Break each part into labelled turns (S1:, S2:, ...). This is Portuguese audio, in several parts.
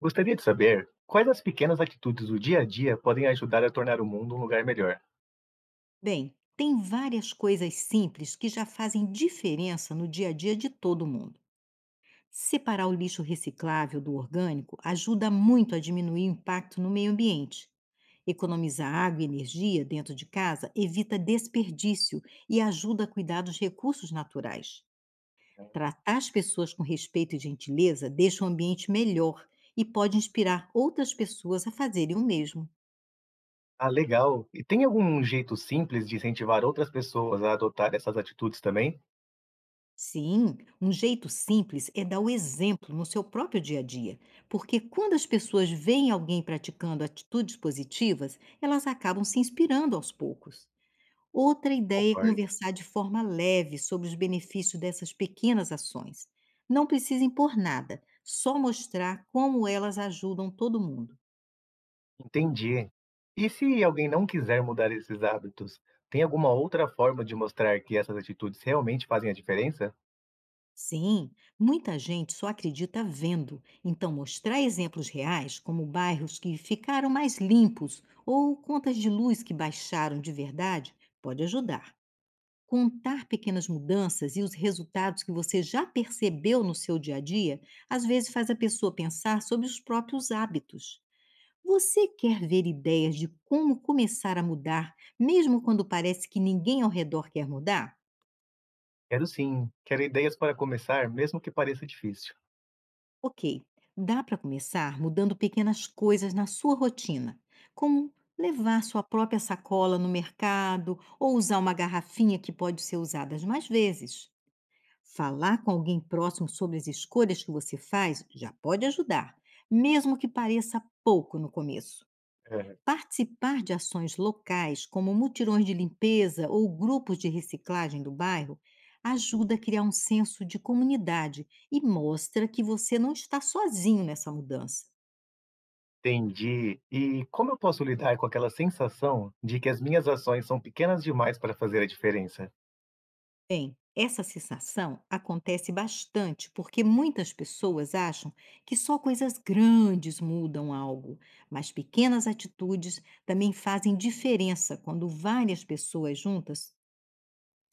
S1: Gostaria de saber quais as pequenas atitudes do dia a dia podem ajudar a tornar o mundo um lugar melhor.
S2: Bem, tem várias coisas simples que já fazem diferença no dia a dia de todo mundo. Separar o lixo reciclável do orgânico ajuda muito a diminuir o impacto no meio ambiente. Economizar água e energia dentro de casa evita desperdício e ajuda a cuidar dos recursos naturais. Tratar as pessoas com respeito e gentileza deixa o ambiente melhor e pode inspirar outras pessoas a fazerem o mesmo.
S1: Ah, legal. E tem algum jeito simples de incentivar outras pessoas a adotar essas atitudes também?
S2: Sim, um jeito simples é dar o exemplo no seu próprio dia a dia, porque quando as pessoas veem alguém praticando atitudes positivas, elas acabam se inspirando aos poucos. Outra ideia é
S1: Concordo.
S2: conversar de forma leve sobre os benefícios dessas pequenas ações. Não precisa impor nada, só mostrar como elas ajudam todo mundo.
S1: Entendi. E se alguém não quiser mudar esses hábitos, tem alguma outra forma de mostrar que essas atitudes realmente fazem a diferença?
S2: Sim, muita gente só acredita vendo, então mostrar exemplos reais, como bairros que ficaram mais limpos ou contas de luz que baixaram de verdade, pode ajudar. Contar pequenas mudanças e os resultados que você já percebeu no seu dia a dia, às vezes faz a pessoa pensar sobre os próprios hábitos. Você quer ver ideias de como começar a mudar, mesmo quando parece que ninguém ao redor quer mudar?
S1: Quero sim. Quero ideias para começar, mesmo que pareça difícil.
S2: Ok, dá para começar mudando pequenas coisas na sua rotina, como levar sua própria sacola no mercado ou usar uma garrafinha que pode ser usada mais vezes. Falar com alguém próximo sobre as escolhas que você faz já pode ajudar, mesmo que pareça pouco no começo.
S1: É.
S2: Participar de ações locais, como mutirões de limpeza ou grupos de reciclagem do bairro, ajuda a criar um senso de comunidade e mostra que você não está sozinho nessa mudança.
S1: Entendi. E como eu posso lidar com aquela sensação de que as minhas ações são pequenas demais para fazer a diferença?
S2: Bem, essa sensação acontece bastante porque muitas pessoas acham que só coisas grandes mudam algo, mas pequenas atitudes também fazem diferença quando várias pessoas juntas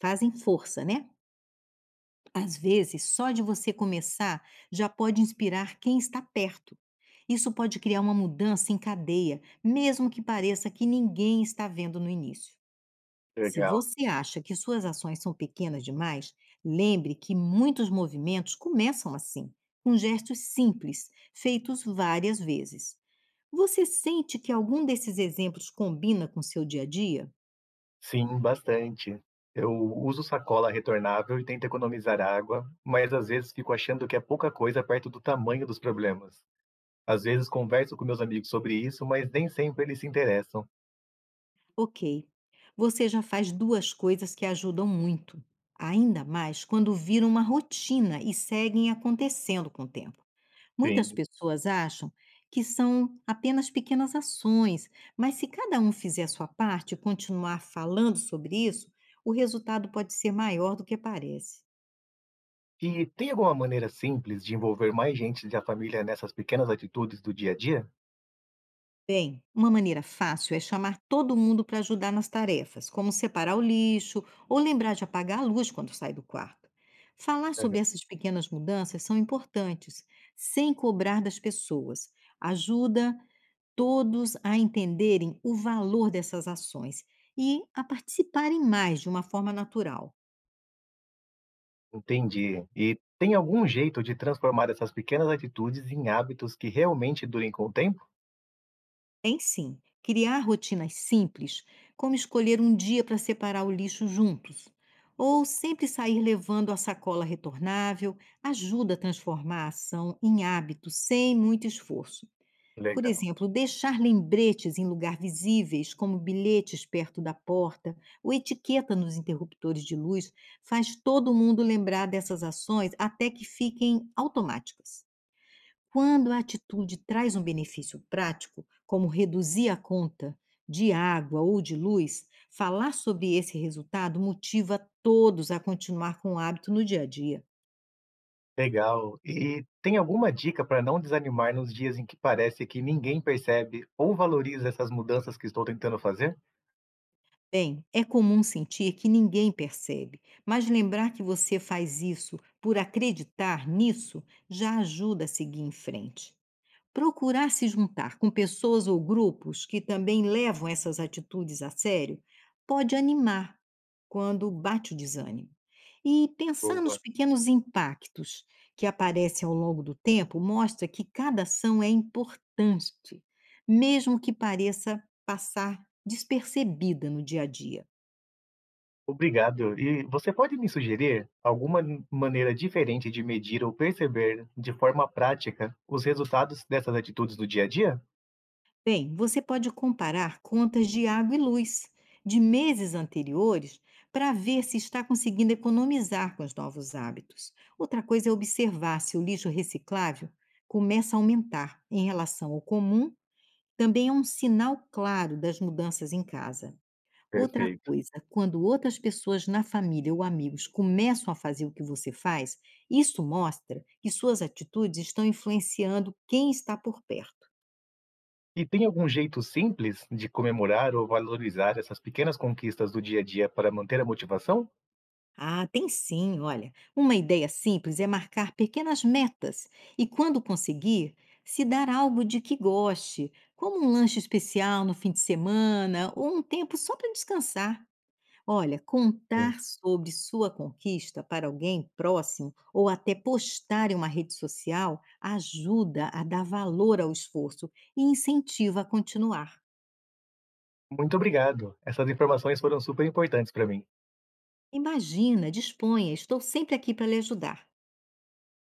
S2: fazem força, né? Às vezes, só de você começar já pode inspirar quem está perto. Isso pode criar uma mudança em cadeia, mesmo que pareça que ninguém está vendo no início. Se
S1: Legal.
S2: você acha que suas ações são pequenas demais, lembre que muitos movimentos começam assim, com gestos simples, feitos várias vezes. Você sente que algum desses exemplos combina com seu dia a dia?
S1: Sim, bastante. Eu uso sacola retornável e tento economizar água, mas às vezes fico achando que é pouca coisa perto do tamanho dos problemas. Às vezes converso com meus amigos sobre isso, mas nem sempre eles se interessam.
S2: Ok. Você já faz duas coisas que ajudam muito, ainda mais quando viram uma rotina e seguem acontecendo com o tempo. Muitas
S1: Sim.
S2: pessoas acham que são apenas pequenas ações, mas se cada um fizer a sua parte e continuar falando sobre isso, o resultado pode ser maior do que parece.
S1: E tem alguma maneira simples de envolver mais gente da família nessas pequenas atitudes do dia a dia?
S2: Bem, uma maneira fácil é chamar todo mundo para ajudar nas tarefas, como separar o lixo ou lembrar de apagar a luz quando sai do quarto. Falar sobre essas pequenas mudanças são importantes, sem cobrar das pessoas. Ajuda todos a entenderem o valor dessas ações e a participarem mais de uma forma natural.
S1: Entendi. E tem algum jeito de transformar essas pequenas atitudes em hábitos que realmente durem com o tempo?
S2: Tem sim. Criar rotinas simples, como escolher um dia para separar o lixo juntos, ou sempre sair levando a sacola retornável, ajuda a transformar a ação em hábito sem muito esforço. Por
S1: Legal,
S2: exemplo, deixar lembretes em lugar visíveis, como bilhetes perto da porta ou etiqueta nos interruptores de luz, faz todo mundo lembrar dessas ações até que fiquem automáticas. Quando a atitude traz um benefício prático, como reduzir a conta de água ou de luz, falar sobre esse resultado motiva todos a continuar com o hábito no dia a dia.
S1: legal. E tem alguma dica para não desanimar nos dias em que parece que ninguém percebe ou valoriza essas mudanças que estou tentando fazer?
S2: Bem, é comum sentir que ninguém percebe, mas lembrar que você faz isso por acreditar nisso já ajuda a seguir em frente. Procurar se juntar com pessoas ou grupos que também levam essas atitudes a sério pode animar quando bate o desânimo. E pensar nos
S1: Boa.
S2: pequenos impactos que aparecem ao longo do tempo mostra que cada ação é importante, mesmo que pareça passar despercebida no dia a dia.
S1: Obrigado. E você pode me sugerir alguma maneira diferente de medir ou perceber de forma prática os resultados dessas atitudes do dia a dia?
S2: Bem, você pode comparar contas de água e luz de meses anteriores para ver se está conseguindo economizar com os novos hábitos. Outra coisa é observar se o lixo reciclável começa a aumentar em relação ao comum, também é um sinal claro das mudanças em casa. Outra
S1: Perfeito.
S2: coisa, quando outras pessoas na família ou amigos começam a fazer o que você faz, isso mostra que suas atitudes estão influenciando quem está por perto.
S1: E tem algum jeito simples de comemorar ou valorizar essas pequenas conquistas do dia a dia para manter a motivação?
S2: Ah, tem sim, olha. Uma ideia simples é marcar pequenas metas e, quando conseguir, se dar algo de que goste, como um lanche especial no fim de semana ou um tempo só para descansar. Olha,
S1: Sim.
S2: contar sobre sua conquista para alguém próximo ou até postar em uma rede social ajuda a dar valor ao esforço e incentiva a continuar.
S1: Muito obrigado. Essas informações foram super importantes para mim.
S2: Imagina, disponha, estou sempre aqui para lhe ajudar.